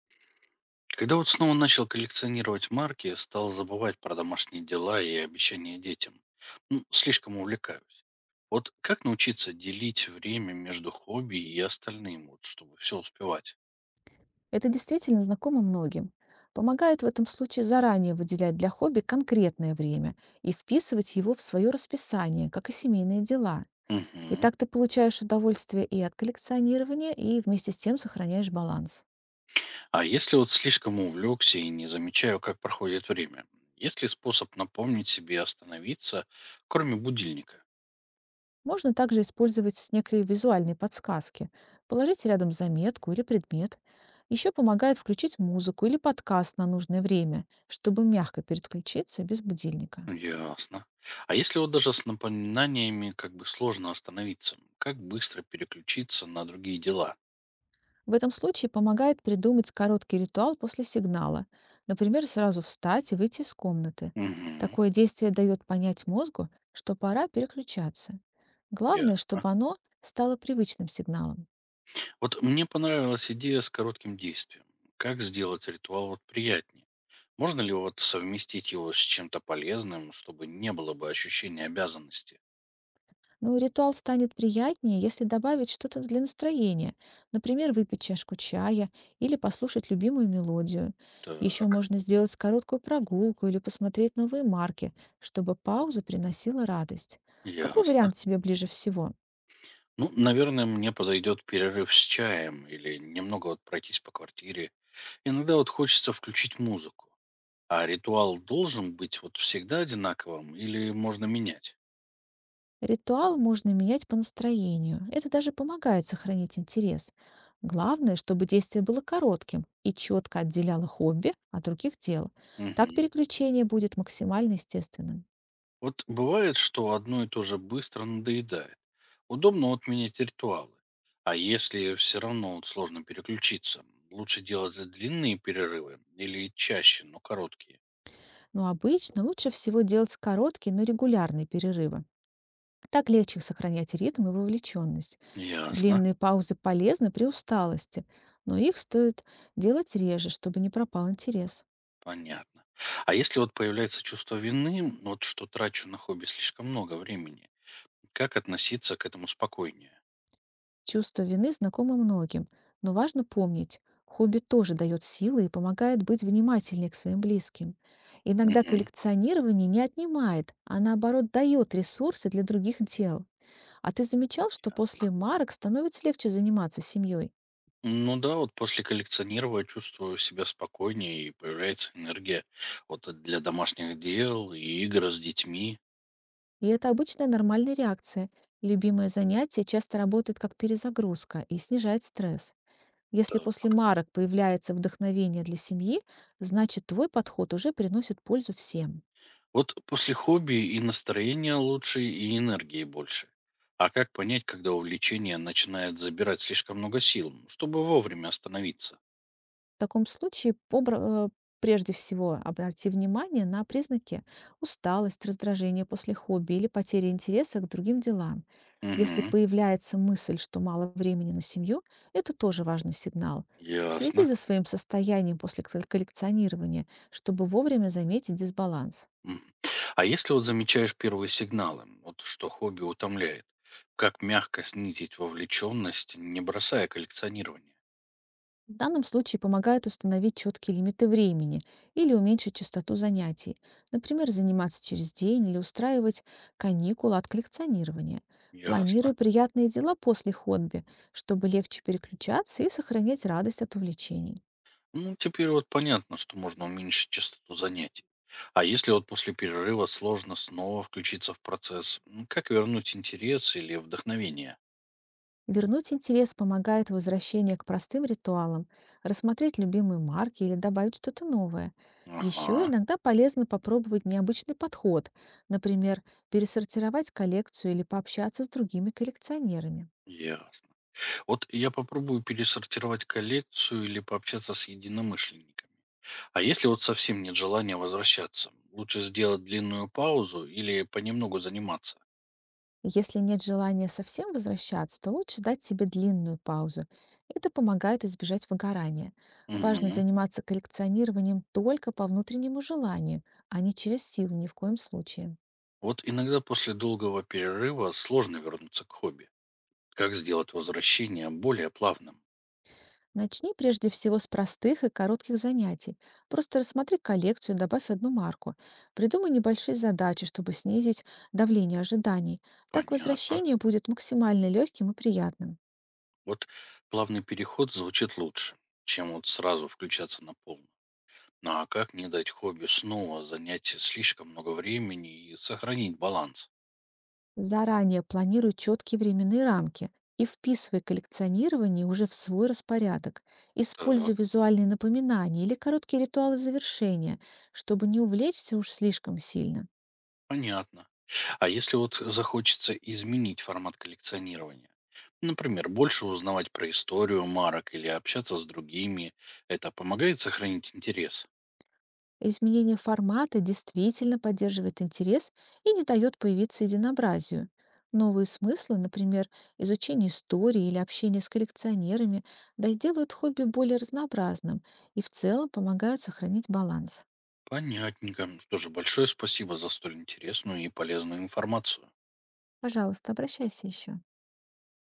Когда вот снова начал коллекционировать марки, стал забывать про домашние дела и обещания детям. Ну, слишком увлекаюсь. Вот как научиться делить время между хобби и остальным, вот, чтобы все успевать? Это действительно знакомо многим. Помогает в этом случае заранее выделять для хобби конкретное время и вписывать его в свое расписание, как и семейные дела. И Мгм. так ты получаешь удовольствие и от коллекционирования, и вместе с тем сохраняешь баланс. А если вот слишком увлекся и не замечаю, как проходит время? Есть ли способ напомнить себе остановиться, кроме будильника? Можно также использовать некие визуальные подсказки. Положить рядом заметку или предмет. Еще помогает включить музыку или подкаст на нужное время, чтобы мягко переключиться без будильника. Ясно. А если вот даже с напоминаниями как бы сложно остановиться, как быстро переключиться на другие дела? В этом случае помогает придумать короткий ритуал после сигнала. Например, сразу встать и выйти из комнаты. Мгм. Такое действие дает понять мозгу, что пора переключаться. Главное, Ясно. чтобы оно стало привычным сигналом. Вот мне понравилась идея с коротким действием. Как сделать ритуал вот приятнее? Можно ли вот совместить его с чем-то полезным, чтобы не было бы ощущения обязанности? Ну, ритуал станет приятнее, если добавить что-то для настроения. Например, выпить чашку чая или послушать любимую мелодию. Еще Так, можно сделать короткую прогулку или посмотреть новые марки, чтобы пауза приносила радость. Какой ясно. вариант тебе ближе всего? Ну, наверное, мне подойдет перерыв с чаем или немного вот пройтись по квартире. Иногда вот хочется включить музыку. А ритуал должен быть вот всегда одинаковым или можно менять? Ритуал можно менять по настроению. Это даже помогает сохранить интерес. Главное, чтобы действие было коротким и четко отделяло хобби от других дел. Так Мгм. переключение будет максимально естественным. Вот бывает, что одно и то же быстро надоедает. Удобно отменить ритуалы. А если все равно вот сложно переключиться, лучше делать длинные перерывы или чаще, но короткие. Но обычно лучше всего делать короткие, но регулярные перерывы. Так легче сохранять ритм и вовлеченность. Ясно, Длинные паузы полезны при усталости, но их стоит делать реже, чтобы не пропал интерес. понятно. А если вот появляется чувство вины, вот что трачу на хобби слишком много времени, как относиться к этому спокойнее? Чувство вины знакомо многим, но важно помнить, хобби тоже дает силы и помогает быть внимательнее к своим близким. Иногда Мгм, коллекционирование не отнимает, а наоборот дает ресурсы для других дел. А ты замечал, что ясно. после марок становится легче заниматься семьей? Ну да, вот после коллекционирования чувствую себя спокойнее и появляется энергия вот для домашних дел и игр с детьми. И это обычная нормальная реакция. Любимое занятие часто работает как перезагрузка и снижает стресс. Если после марок появляется вдохновение для семьи, значит твой подход уже приносит пользу всем. Вот после хобби и настроение лучше, и энергии больше. А как понять, когда увлечение начинает забирать слишком много сил, чтобы вовремя остановиться? В таком случае прежде всего обрати внимание на признаки: усталость, раздражение после хобби или потери интереса к другим делам. Если Угу, появляется мысль, что мало времени на семью, это тоже важный сигнал. Следи ясно. за своим состоянием после коллекционирования, чтобы вовремя заметить дисбаланс. М. А если вот замечаешь первые сигналы, вот что хобби утомляет, как мягко снизить вовлеченность, не бросая коллекционирование? В данном случае помогает установить четкие лимиты времени или уменьшить частоту занятий, например, заниматься через день или устраивать каникулы от коллекционирования. Ясно. Планируй приятные дела после хобби, чтобы легче переключаться и сохранять радость от увлечений. Ну, теперь вот понятно, что можно уменьшить частоту занятий. А если вот после перерыва сложно снова включиться в процесс, как вернуть интерес или вдохновение? Вернуть интерес помогает возвращение к простым ритуалам, рассмотреть любимые марки или добавить что-то новое. Еще Ага, иногда полезно попробовать необычный подход, например, пересортировать коллекцию или пообщаться с другими коллекционерами. ясно. Вот я попробую пересортировать коллекцию или пообщаться с единомышленниками. А если вот совсем нет желания возвращаться, лучше сделать длинную паузу или понемногу заниматься? Если нет желания совсем возвращаться, то лучше дать себе длинную паузу. Это помогает избежать выгорания. Важно Мгм. заниматься коллекционированием только по внутреннему желанию, а не через силу ни в коем случае. Вот иногда после долгого перерыва сложно вернуться к хобби. Как сделать возвращение более плавным? Начни прежде всего с простых и коротких занятий. Просто рассмотри коллекцию, добавь одну марку. Придумай небольшие задачи, чтобы снизить давление ожиданий. Так Понятно. возвращение будет максимально легким и приятным. Вот плавный переход звучит лучше, чем вот сразу включаться на полную. Ну а как не дать хобби снова занять слишком много времени и сохранить баланс? Заранее планируй четкие временные рамки и вписывай коллекционирование уже в свой распорядок. Так, Используй визуальные напоминания или короткие ритуалы завершения, чтобы не увлечься уж слишком сильно. понятно. А если вот захочется изменить формат коллекционирования? Например, больше узнавать про историю марок или общаться с другими. Это помогает сохранить интерес? Изменение формата действительно поддерживает интерес и не дает появиться единообразию. Новые смыслы, например, изучение истории или общение с коллекционерами, да и делают хобби более разнообразным и в целом помогают сохранить баланс. Понятненько. Что же, большое спасибо за столь интересную и полезную информацию. Пожалуйста, обращайся еще.